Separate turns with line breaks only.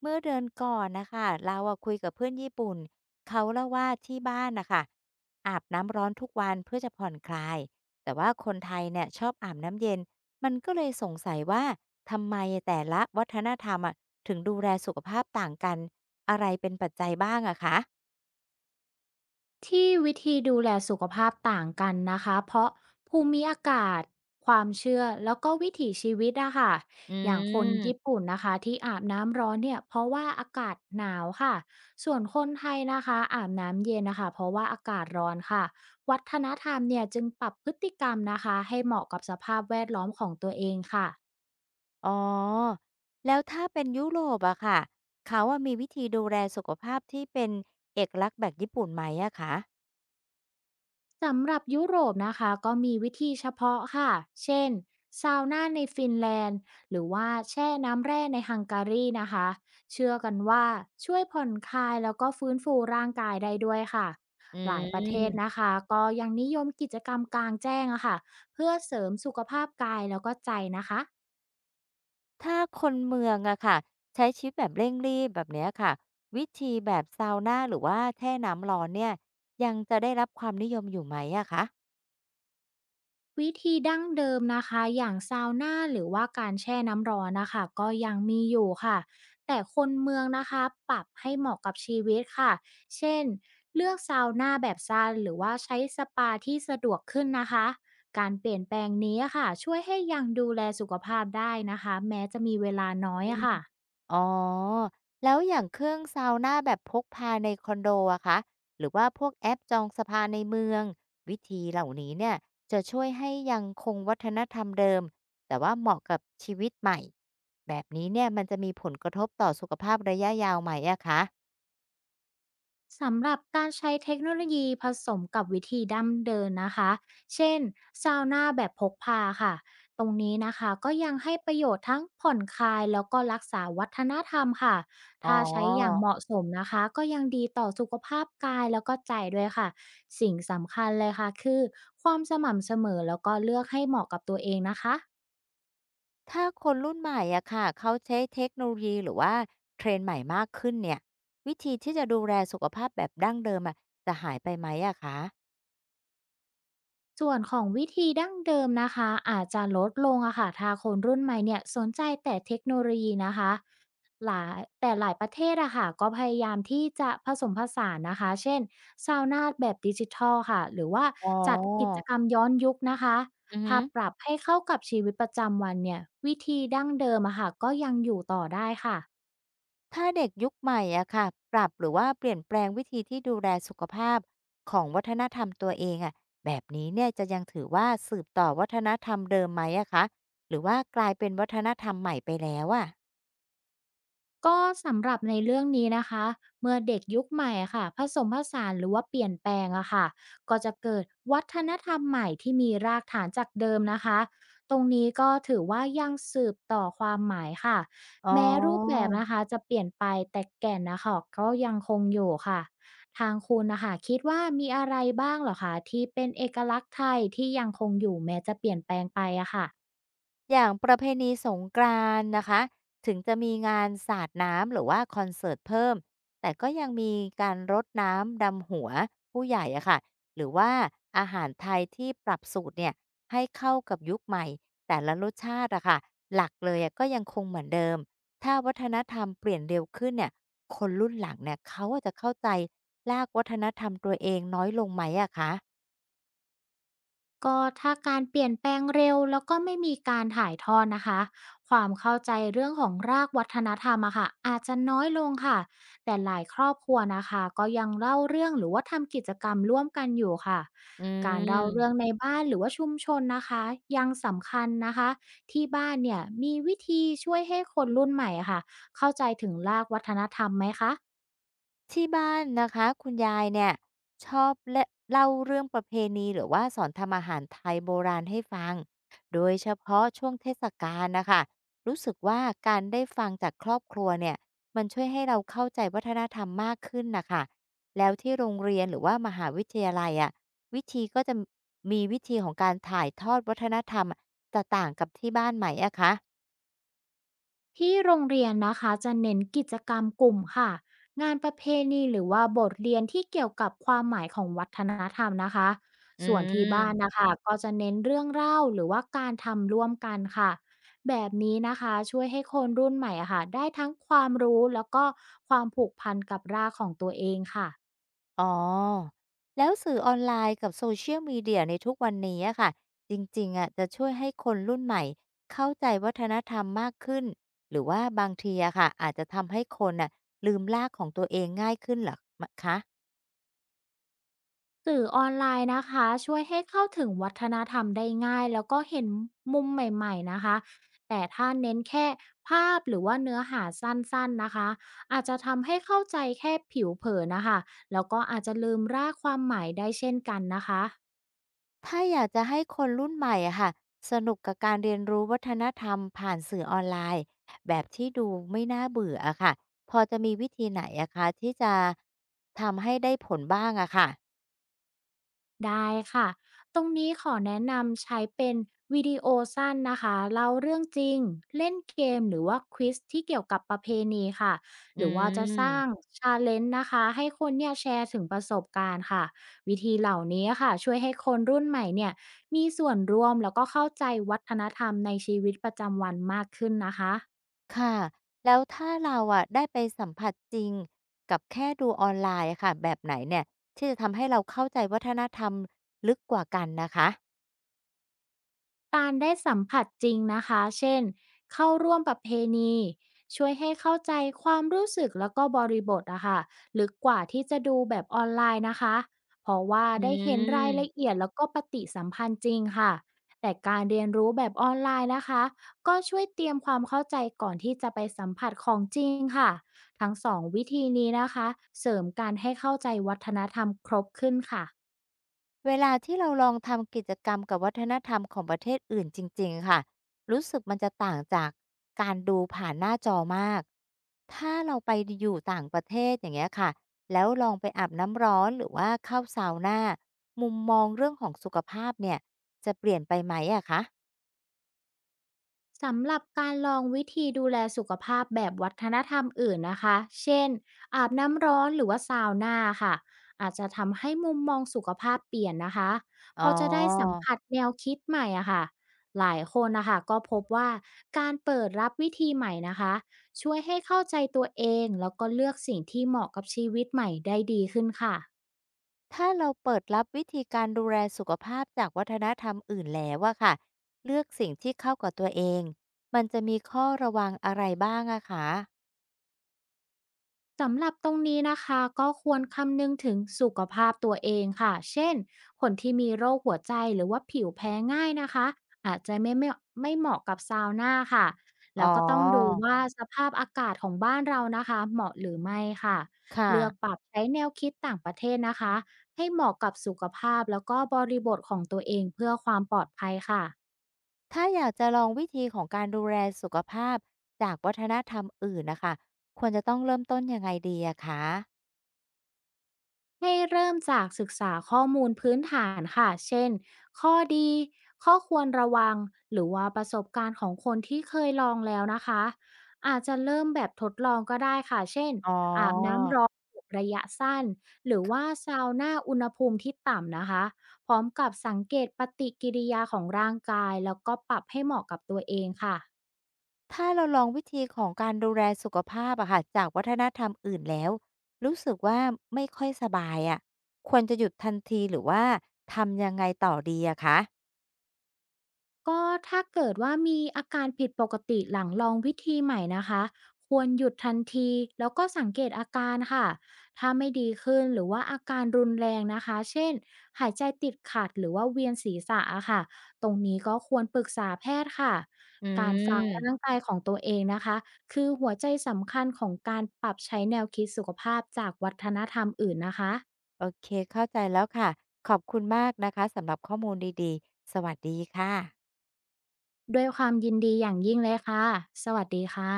เมื่อเดือนก่อนนะคะเราอะคุยกับเพื่อนญี่ปุ่นเขาเล่าว่าที่บ้านนะคะอาบน้ำร้อนทุกวันเพื่อจะผ่อนคลายแต่ว่าคนไทยเนี่ยชอบอาบน้ำเย็นมันก็เลยสงสัยว่าทำไมแต่ละวัฒนธรรมอะถึงดูแลสุขภาพต่างกันอะไรเป็นปัจจัยบ้างอะคะ
ที่วิธีดูแลสุขภาพต่างกันนะคะเพราะภูมิอากาศความเชื่อแล้วก็วิถีชีวิตอะค่ะ
อ
อย่างคน
ื
ญี่
ม
ปุ่นนะคะที่อาบน้ำร้อนเนี่ยเพราะว่าอากาศหนาวค่ะส่วนคนไทยนะคะอาบน้ำเย็นนะคะเพราะว่าอากาศร้อนค่ะวัฒนธรรมเนี่ยจึงปรับพฤติกรรมนะคะให้เหมาะกับสภาพแวดล้อมของตัวเองค่ะ
อ๋อแล้วถ้าเป็นยุโรปอะค่ะเขาอะมีวิธีดูแลสุขภาพที่เป็นเอกลักษณ์แบบญี่ปุ่นไหมอะคะ
สำหรับยุโรปนะคะก็มีวิธีเฉพาะค่ะเช่นซาวน่าในฟินแลนด์หรือว่าแช่น้ำแร่ในฮังการีนะคะเชื่อกันว่าช่วยผ่อนคลายแล้วก็ฟื้นฟูร่างกายได้ด้วยค่ะ
อื
หลายประเทศ
ม
นะคะก็ยังนิยมกิจกรรมกลางแจ้งอะค่ะเพื่อเสริมสุขภาพกายแล้วก็ใจนะคะ
ถ้าคนเมืองอะค่ะใช้ชีวิตแบบเร่งรีบแบบเนี้ยค่ะวิธีแบบซาวน่าหรือว่าแช่น้ำร้อนเนี่ยยังจะได้รับความนิยมอยู่ไหมอะคะ
วิธีดั้งเดิมนะคะอย่างซาวน่าหรือว่าการแช่น้ำร้อนนะคะก็ยังมีอยู่ค่ะแต่คนเมืองนะคะปรับให้เหมาะกับชีวิตค่ะเช่นเลือกซาวน่าแบบสั้นหรือว่าใช้สปาที่สะดวกขึ้นนะคะการเปลี่ยนแปลงนี้ค่ะช่วยให้ยังดูแลสุขภาพได้นะคะแม้จะมีเวลาน้อยอะค่ะ
อ๋อแล้วอย่างเครื่องซาวน่าแบบพกพาในคอนโดอะคะหรือว่าพวกแอปจองสปาในเมืองวิธีเหล่านี้เนี่ยจะช่วยให้ยังคงวัฒนธรรมเดิมแต่ว่าเหมาะกับชีวิตใหม่แบบนี้เนี่ยมันจะมีผลกระทบต่อสุขภาพระยะยาวไหมอะคะ
สำหรับการใช้เทคโนโลยีผสมกับวิธีดั้งเดิมนนะคะ เช่น ซาวน่าแบบพกพาค่ะ ตรงนี้นะคะก็ยังให้ประโยชน์ทั้งผ่อนคลายแล้วก็รักษาวัฒนธรรมค่ะ
อ๋
ถ้าใช้อย่าง
อ
เหมาะสมนะคะก็ยังดีต่อสุขภาพกายแล้วก็ใจด้วยค่ะ สิ่งสำคัญเลยค่ะคือความสม่ำเสมอแล้วก็เลือกให้เหมาะกับตัวเองนะคะ
ถ้าคนรุ่นใหม่อะค่ะเขาใช้เทคโนโลยีหรือว่าเทรนด์ใหม่มากขึ้นเนี่ยวิธีที่จะดูแลสุขภาพแบบดั้งเดิมอะจะหายไปไหมอะคะ
ส่วนของวิธีดั้งเดิมนะคะอาจจะลดลงอะค่ะถ้าคนรุ่นใหม่เนี่ยสนใจแต่เทคโนโลยีนะคะหลายประเทศอะค่ะก็พยายามที่จะผสมผสานนะคะเช่นซาวนาแบบดิจิทัลค่ะหรือว่า
อ๋อ
จัดกิจกรรมย้อนยุคนะคะ
อือฮึ
ถ้าปรับให้เข้ากับชีวิตประจำวันเนี่ยวิธีดั้งเดิมอะค่ะก็ยังอยู่ต่อได้ค่ะ
ถ้าเด็กยุคใหม่อะค่ะปรับหรือว่าเปลี่ยนแปลงวิธีที่ดูแลสุขภาพของวัฒนธรรมตัวเองอะแบบนี้เนี่ยจะยังถือว่าสืบต่อวัฒนธรรมเดิมไหมอะคะหรือว่ากลายเป็นวัฒนธรรมใหม่ไปแล้วอะ
ก็สำหรับในเรื่องนี้นะคะเมื่อเด็กยุคใหม่อะค่ะผสมผสานหรือว่าเปลี่ยนแปลงอะค่ะก็จะเกิดวัฒนธรรมใหม่ที่มีรากฐานจากเดิมนะคะตรงนี้ก็ถือว่ายังสืบต่อความหมายค่ะ
อ๋อ
แม้รูปแบบนะคะจะเปลี่ยนไปแต่แก่นนะคะก็ยังคงอยู่ค่ะทางคุณนะคะคิดว่ามีอะไรบ้างเหรอคะที่เป็นเอกลักษณ์ไทยที่ยังคงอยู่แม้จะเปลี่ยนแปลงไปอะค่ะ
อย่างประเพณีสงกรานต์นะคะถึงจะมีงานสาดน้ำหรือว่าคอนเสิร์ตเพิ่มแต่ก็ยังมีการรดน้ำดำหัวผู้ใหญ่อะค่ะหรือว่าอาหารไทยที่ปรับสูตรเนี่ยให้เข้ากับยุคใหม่แต่ละรสชาติอะค่ะหลักเลยอะก็ยังคงเหมือนเดิมถ้าวัฒนธรรมเปลี่ยนเร็วขึ้นเนี่ยคนรุ่นหลังเนี่ยเขาอาจจะเข้าใจลากวัฒนธรรมตัวเองน้อยลงไหมอะคะ
ก็ถ้าการเปลี่ยนแปลงเร็วแล้วก็ไม่มีการถ่ายทอดนะคะความเข้าใจเรื่องของรากวัฒนธรรมอะค่ะอาจจะน้อยลงค่ะแต่หลายครอบครัวนะคะก็ยังเล่าเรื่องหรือว่าทำกิจกรรมร่วมกันอยู่ค่ะ
อื
การเล่าเรื่อง
ม
ในบ้านหรือว่าชุมชนนะคะยังสำคัญนะคะที่บ้านเนี่ยมีวิธีช่วยให้คนรุ่นใหม่อะค่ะเข้าใจถึงรากวัฒนธรรมไหมคะ
ที่บ้านนะคะคุณยายเนี่ยชอบเล่าเรื่องประเพณีหรือว่าสอนทำอาหารไทยโบราณให้ฟังโดยเฉพาะช่วงเทศกาลนะคะรู้สึกว่าการได้ฟังจากครอบครัวเนี่ยมันช่วยให้เราเข้าใจวัฒนธรรมมากขึ้นนะคะแล้วที่โรงเรียนหรือว่ามหาวิทยาลัยอ่ะวิธีก็จะมีวิธีของการถ่ายทอดวัฒนธรรมจะต่างกับที่บ้านไหมอะคะ
ที่โรงเรียนนะคะจะเน้นกิจกรรมกลุ่มค่ะงานประเพณีหรือว่าบทเรียนที่เกี่ยวกับความหมายของวัฒนธรรมนะคะ
อื
ส่วนที่บ้าน
ม
นะคะก็จะเน้นเรื่องเล่าหรือว่าการทำร่วมกันค่ะแบบนี้นะคะช่วยให้คนรุ่นใหม่อะค่ะได้ทั้งความรู้แล้วก็ความผูกพันกับรากของตัวเองค่ะ
อ๋อแล้วสื่อออนไลน์กับ Social Media ในทุกวันนี้อะค่ะจริงๆอะจะช่วยให้คนรุ่นใหม่เข้าใจวัฒนธรรมมากขึ้นหรือว่าบางทีอะค่ะอาจจะทำให้คนน่ะลืมรากของตัวเองง่ายขึ้นเหรอคะ
สื่อออนไลน์นะคะช่วยให้เข้าถึงวัฒนธรรมได้ง่ายแล้วก็เห็นมุมใหม่ๆนะคะแต่ถ้าเน้นแค่ภาพหรือว่าเนื้อหาสั้นๆนะคะอาจจะทำให้เข้าใจแค่ผิวเผินนะคะแล้วก็อาจจะลืมรากความหมายได้เช่นกันนะคะ
ถ้าอยากจะให้คนรุ่นใหม่อะค่ะสนุกกับการเรียนรู้วัฒนธรรมผ่านสื่อออนไลน์แบบที่ดูไม่น่าเบื่ออะค่ะพอจะมีวิธีไหนอะคะที่จะทำให้ได้ผลบ้างอะค่ะ
ได้ค่ะตรงนี้ขอแนะนำใช้เป็นวิดีโอสั้นนะคะเล่าเรื่องจริงเล่นเกมหรือว่าควิซที่เกี่ยวกับประเพณีค่ะ
อื
หรือว่าจะสร้าง
ม
ชาเลนจ์นะคะให้คนเนี่ยแชร์ถึงประสบการณ์ค่ะวิธีเหล่านี้ค่ะช่วยให้คนรุ่นใหม่เนี่ยมีส่วนร่วมแล้วก็เข้าใจวัฒนธรรมในชีวิตประจำวันมากขึ้นนะคะ
ค่ะแล้วถ้าเราอะได้ไปสัมผัสจริงกับแค่ดูออนไลน์อะค่ะแบบไหนเนี่ยที่จะทำให้เราเข้าใจวัฒนธรรมลึกกว่ากันนะคะ
การได้สัมผัสจริงนะคะ เช่นเข้าร่วมประเพณีช่วยให้เข้าใจความรู้สึกแล้วก็บริบทอะค่ะลึกกว่าที่จะดูแบบออนไลน์นะคะเพราะว่า
อื
ได้เห็นรายละ
ม
เอียดแล้วก็ปฏิสัมพันธ์จริงค่ะ แต่การเรียนรู้แบบออนไลน์นะคะ ก็ช่วยเตรียมความเข้าใจก่อนที่จะไปสัมผัสของจริงค่ะ ทั้งสองวิธีนี้นะคะ เสริมการให้เข้าใจวัฒนธรรมครบขึ้นค่ะ
เวลาที่เราลองทำกิจกรรมกับวัฒนธรรมของประเทศอื่นจริงๆค่ะรู้สึกมันจะต่างจากการดูผ่านหน้าจอมากถ้าเราไปอยู่ต่างประเทศอย่างเงี้ยค่ะแล้วลองไปอาบน้ำร้อนหรือว่าเข้าซาวนามุมมองเรื่องของสุขภาพเนี่ยจะเปลี่ยนไปไหมอะคะ
สำหรับการลองวิธีดูแลสุขภาพแบบวัฒนธรรมอื่นนะคะ เช่นอาบน้ำร้อนหรือว่าซาวน่าค่ะอาจจะทำให้มุมมองสุขภาพเปลี่ยนนะคะ
อ๋
เพอจะได้สัม
อ
ผัสแนวคิดใหม่อะค่ะหลายคนนะคะก็พบว่าการเปิดรับวิธีใหม่นะคะช่วยให้เข้าใจตัวเองแล้วก็เลือกสิ่งที่เหมาะกับชีวิตใหม่ได้ดีขึ้นค่ะ
ถ้าเราเปิดรับวิธีการดูแลสุขภาพจากวัฒนธรรมอื่นแล้วอะค่ะเลือกสิ่งที่เข้ากับตัวเอง มันจะมีข้อระวังอะไรบ้างอะคะ
สำหรับตรงนี้นะคะก็ควรคำนึงถึงสุขภาพตัวเองค่ะเช่นคนที่มีโรคหัวใจหรือว่าผิวแพ้ง่ายนะคะอาจจะไม่เหมาะกับซาวน่าค่ะ
อ๋
แล้วก็ต้องดู
อ
ว่าสภาพอากาศของบ้านเรานะคะเหมาะหรือไม่ค่ะ
ค่ะ
เลือกปรับใช้แนวคิดต่างประเทศนะคะให้เหมาะกับสุขภาพแล้วก็บริบทของตัวเองเพื่อความปลอดภัยค่ะ
ถ้าอยากจะลองวิธีของการดูแลสุขภาพจากวัฒนธรรมอื่นนะคะ ควรจะต้องเริ่มต้นยังไงดีอะคะ
ให้เริ่มจากศึกษาข้อมูลพื้นฐานค่ะเช่นข้อดีข้อควรระวังหรือว่าประสบการณ์ของคนที่เคยลองแล้วนะคะอาจจะเริ่มแบบทดลองก็ได้ค่ะเช่น
อ๋อ
อาบน้ำร้อนระยะสั้นหรือว่าซาวน่าอุณหภูมิที่ต่ำนะคะพร้อมกับสังเกตปฏิกิริยาของร่างกายแล้วก็ปรับให้เหมาะกับตัวเองค่ะ
ถ้าเราลองวิธีของการดูแลสุขภาพอะค่ะจากวัฒนธรรมอื่นแล้วรู้สึกว่าไม่ค่อยสบายอะควรจะหยุดทันทีหรือว่าทำยังไงต่อดีอะคะ
ก็ถ้าเกิดว่ามีอาการผิดปกติหลังลองวิธีใหม่นะคะควรหยุดทันทีแล้วก็สังเกตอาการค่ะถ้าไม่ดีขึ้นหรือว่าอาการรุนแรงนะคะเช่นหายใจติดขัดหรือว่าเวียนศีรษะอะค่ะตรงนี้ก็ควรปรึกษาแพทย์ค่ะ
อื
การฟังร่า
ม
งกายของตัวเองนะคะคือหัวใจสำคัญของการปรับใช้แนวคิดสุขภาพจากวัฒนธรรมอื่นนะคะ
โอเคเข้าใจแล้วค่ะขอบคุณมากนะคะสำหรับข้อมูลดีๆสวัสดีค่ะ
ด้วยความยินดีอย่างยิ่งเลยค่ะสวัสดีค่ะ